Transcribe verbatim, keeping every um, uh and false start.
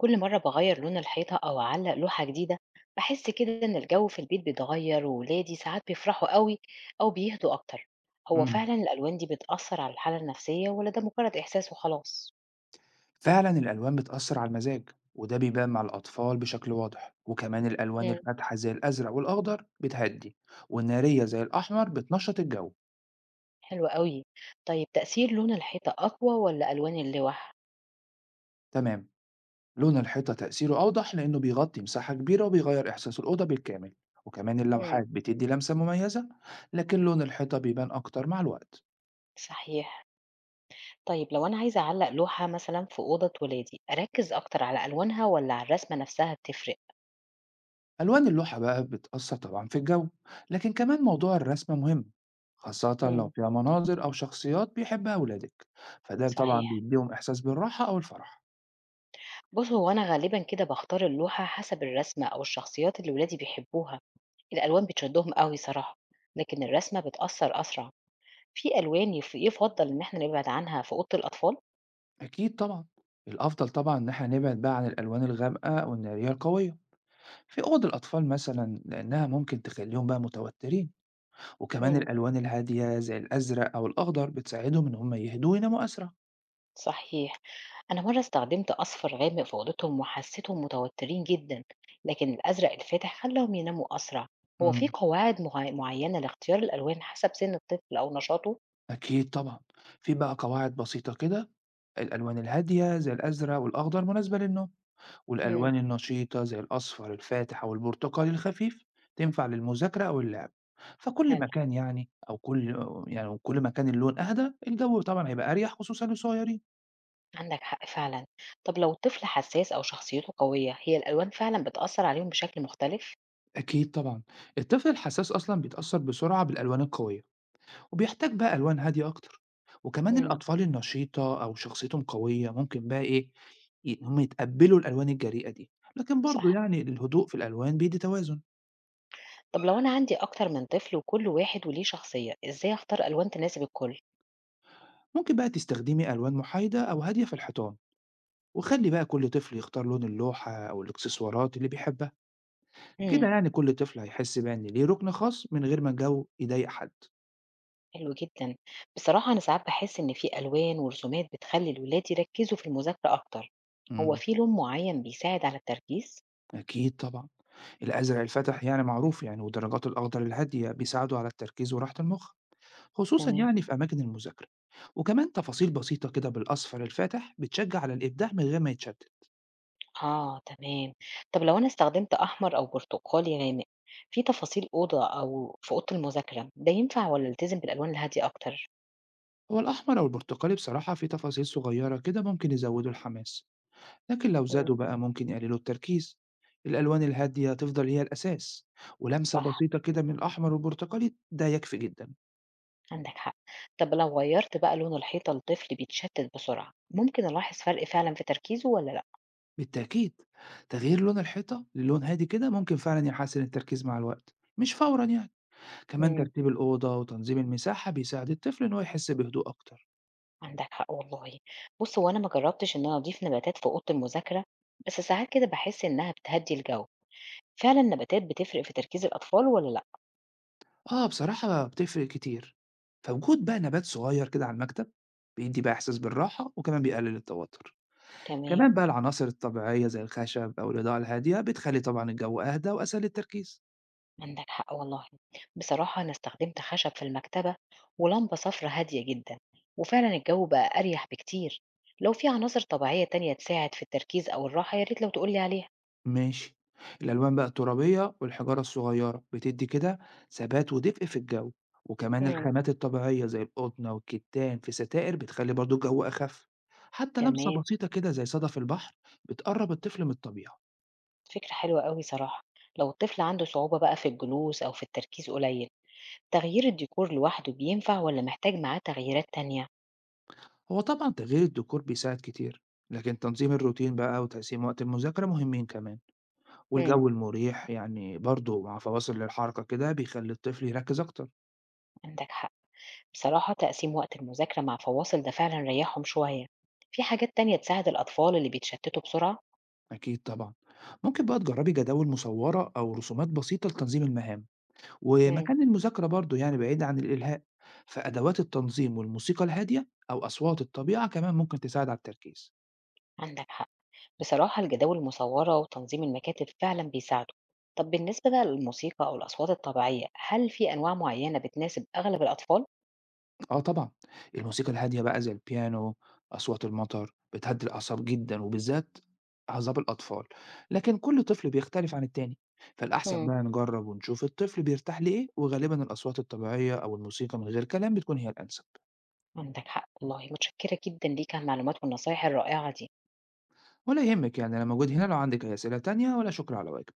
كل مرة بغير لون الحيطة أو أعلق لوحة جديدة، بحس كده إن الجو في البيت بيتغير وولادي ساعات بيفرحوا قوي أو بيهدوا أكتر. هو امم فعلا الألوان دي بتأثر على الحالة النفسية ولا ده مجرد إحساس وخلاص؟ فعلا الألوان بتأثر على المزاج، وده بيبان مع الأطفال بشكل واضح. وكمان الألوان مم. الفاتحة زي الأزرق والأخضر بتهدي، والنارية زي الأحمر بتنشط الجو. حلو قوي. طيب تأثير لون الحيطة أقوى ولا ألوان اللوح؟ تمام، لون الحيطة تأثيره أوضح لأنه بيغطي مساحة كبيرة وبيغير إحساس الأوضة بالكامل، وكمان مم. اللوحات بتدي لمسة مميزة، لكن لون الحيطة بيبان أكتر مع الوقت. صحيح. طيب لو أنا عايزة أعلق لوحة مثلا في أوضة ولادي أركز أكتر على ألوانها ولا على الرسمة نفسها، بتفرق؟ ألوان اللوحة بقى بتأثر طبعا في الجو، لكن كمان موضوع الرسم مهم، خاصة لو مم. فيها مناظر أو شخصيات بيحبها أولادك، فده طبعا صحيح. بيديهم إحساس بالراحة أو الفرح. بُص، هو أنا غالبًا كده باختار اللوحة حسب الرسمة أو الشخصيات اللي ولادي بيحبوها، الألوان بتشدهم أوي صراحة، لكن الرسمة بتأثّر أسرع. في ألوان يف يفضّل إن إحنا نبعد عنها في أوضة الأطفال؟ أكيد طبعا، الأفضل طبعا إن احنا نبعد بقى عن الألوان الغامقة والنارية القوية في أوض الأطفال مثلا، لأنها ممكن تخليهم بقى متوترين، وكمان إمم، الألوان الهادية زي الأزرق أو الأخضر بتساعدهم إن هم يهدوا ويناموا أسرع. صحيح. أنا مرّة استخدمت أصفر غامق في أوضتهم وحسيتهم متوترين جدًا، لكن الأزرق الفاتح خلّاهم يناموا أسرع. هو في مم. قواعد مع معيّنة لاختيار الألوان حسب سن الطفل أو نشاطه؟ أكيد طبعًا، في بقى قواعد بسيطة كده، الألوان الهادية زي الأزرق والأخضر مناسبة للنوم، إمم. والألوان النشيطة زي الأصفر الفاتح أو البرتقالي الخفيف تنفع للمذاكرة أو اللعب، فكل ما حلو. كان يعني أو كل يعني وكل ما كان اللون أهدى الجو طبعًا هيبقى أريح خصوصًا للصغيرين. عندك حق فعلا. طب لو طفل حساس أو شخصيته قوية، هي الألوان فعلا بتأثر عليهم بشكل مختلف؟ أكيد طبعًا، الطفل الحساس أصلًا بيتأثر بسرعة بالألوان القوية، وبيحتاج بقى ألوان هادية أكتر. وكمان امم. الأطفال النشيطة أو شخصيتهم قوية ممكن بقى إيه، ي- هم يتقبلوا الألوان الجريئة دي، لكن برضو صح. يعني الهدوء في الألوان بيدي توازن. طب لو أنا عندي أكتر من طفل وكل واحد وليه شخصية، إزاي أختار ألوان تناسب الكل؟ ممكن بقى تستخدمي ألوان محايدة أو هادية في الحيطان، وخلي بقى كل طفل يختار لون اللوحة أو الإكسسوارات اللي بيحبها. امم. كده يعني كل طفل هيحس بقى إن ليه ركن خاص من غير ما الجو يضايق حد. حلو جدا. بصراحة أنا ساعات بحس إن في ألوان ورسومات بتخلي الولاد يركزوا في المذاكرة أكتر. هو مم. في لون معين بيساعد على التركيز؟ أكيد طبعا، الأزرق الفتح يعني معروف، يعني ودرجات الأخضر الهادية بيساعدوا على التركيز وراحة المخ، خصوصا تمام. يعني في أماكن المذاكرة. وكمان تفاصيل بسيطة كده بالأصفر الفاتح بتشجع على الإبداع من غير ما يتشتت. آه تمام. طب لو أنا استخدمت أحمر أو برتقالي غامق في تفاصيل أوضة أو في أوضة المذاكرة، ده ينفع والّا ألتزم بالألوان الهادية أكتر؟ هو الأحمر أو البرتقالي بصراحة في تفاصيل صغيرة كده ممكن يزودوا الحماس، لكن لو مم. زادوا بقى ممكن يقللوا التركيز. الألوان الهادية تفضل هي الأساس، ولمسة صح، بسيطة كده من الأحمر والبرتقالي ده يكفي جدا. عندك حق. طب لو غيرت بقى لون الحيطة لطفل بيتشتت بسرعة، ممكن ألاحظ فرق فعلا في تركيزه ولا لأ؟ بالتأكيد، تغيير لون الحيطة للون هادي كده ممكن فعلا يحسن التركيز مع الوقت، مش فورا يعني. كمان مم. ترتيب الأوضة وتنظيم المساحة بيساعد الطفل إن هو يحس بهدوء أكتر. عندك حق والله. بص هو أنا ما جربتش إن أنا أضيف نباتات في أوضة المذاكرة، بس ساعات كده بحس إنها بتهدي الجو. فعلا النباتات بتفرق في تركيز الأطفال ولا لأ؟ آه، بصراحة بتفرق كتير، فوجود بقى نبات صغير كده على المكتب بيدّي بقى إحساس بالراحة، وكمان بيقلل التوتر. تمام. كمان بقى العناصر الطبيعية زي الخشب أو الإضاءة الهادية بتخلي طبعًا الجو أهدى وأسهل للتركيز. عندك حق والله. بصراحة أنا استخدمت خشب في المكتبة ولمبة صفرة هادية جدا، وفعلا الجو بقى أريح بكتير. لو في عناصر طبيعية تانية تساعد في التركيز أو الراحة، يا ريت لو تقولي عليها. ماشي، الألوان بقى الترابية والحجارة الصغيرة بتدّي كده ثبات ودفء في الجو، وكمان مم. الخامات الطبيعية زي القطن والكتان في ستائر بتخلي برضه الجو أخف. حتى لمسة تمام. بسيطة كده زي صدف البحر بتقرب الطفل من الطبيعة. فكرة حلوة قوي صراحة. لو الطفل عنده صعوبة بقى في الجلوس أو في التركيز قليل، تغيير الديكور لوحده بينفع ولا محتاج معاه تغييرات تانية؟ هو طبعًا تغيير الديكور بيساعد كتير، لكن تنظيم الروتين بقى وتقسيم وقت المذاكرة مهمين كمان، مم. والجو المريح يعني برضه مع فواصل للحركة كده بيخلّي الطفل يركّز أكتر. عندك حق. بصراحة تقسيم وقت المذاكرة مع فواصل ده فعلا ريحهم شوية. في حاجات تانية تساعد الأطفال اللي بيتشتتوا بسرعة؟ أكيد طبعًا. ممكن بقى تجرّبي جداول مصوّرة أو رسومات بسيطة لتنظيم المهام، مم. ومكان المذاكرة برضه يعني بعيد عن الإلهاء، فأدوات التنظيم والموسيقى الهادية أو أصوات الطبيعة كمان ممكن تساعد على التركيز. عندك حق. بصراحة الجداول المصورة وتنظيم المكاتب فعلا بيساعدوا. طب بالنسبة بقى للموسيقى أو الأصوات الطبيعية، هل في أنواع معينة بتناسب أغلب الأطفال؟ آه طبعًا، الموسيقى الهادية بقى زي البيانو، أصوات المطر، بتهدّي الأعصاب جدًا وبالذات أعصاب الأطفال، لكن كل طفل بيختلف عن التاني، فالأحسن مم. بقى نجرّب ونشوف الطفل بيرتاح لإيه، وغالبًا الأصوات الطبيعية أو الموسيقى من غير كلام بتكون هي الأنسب. عندك حق والله، متشكرة جدا ليك على المعلومات والنصايح الرائعة دي ولا يهمِّك، يعني أنا موجود هنا لو عندِك أي أسئلة تانية، ولا شكر على واجب.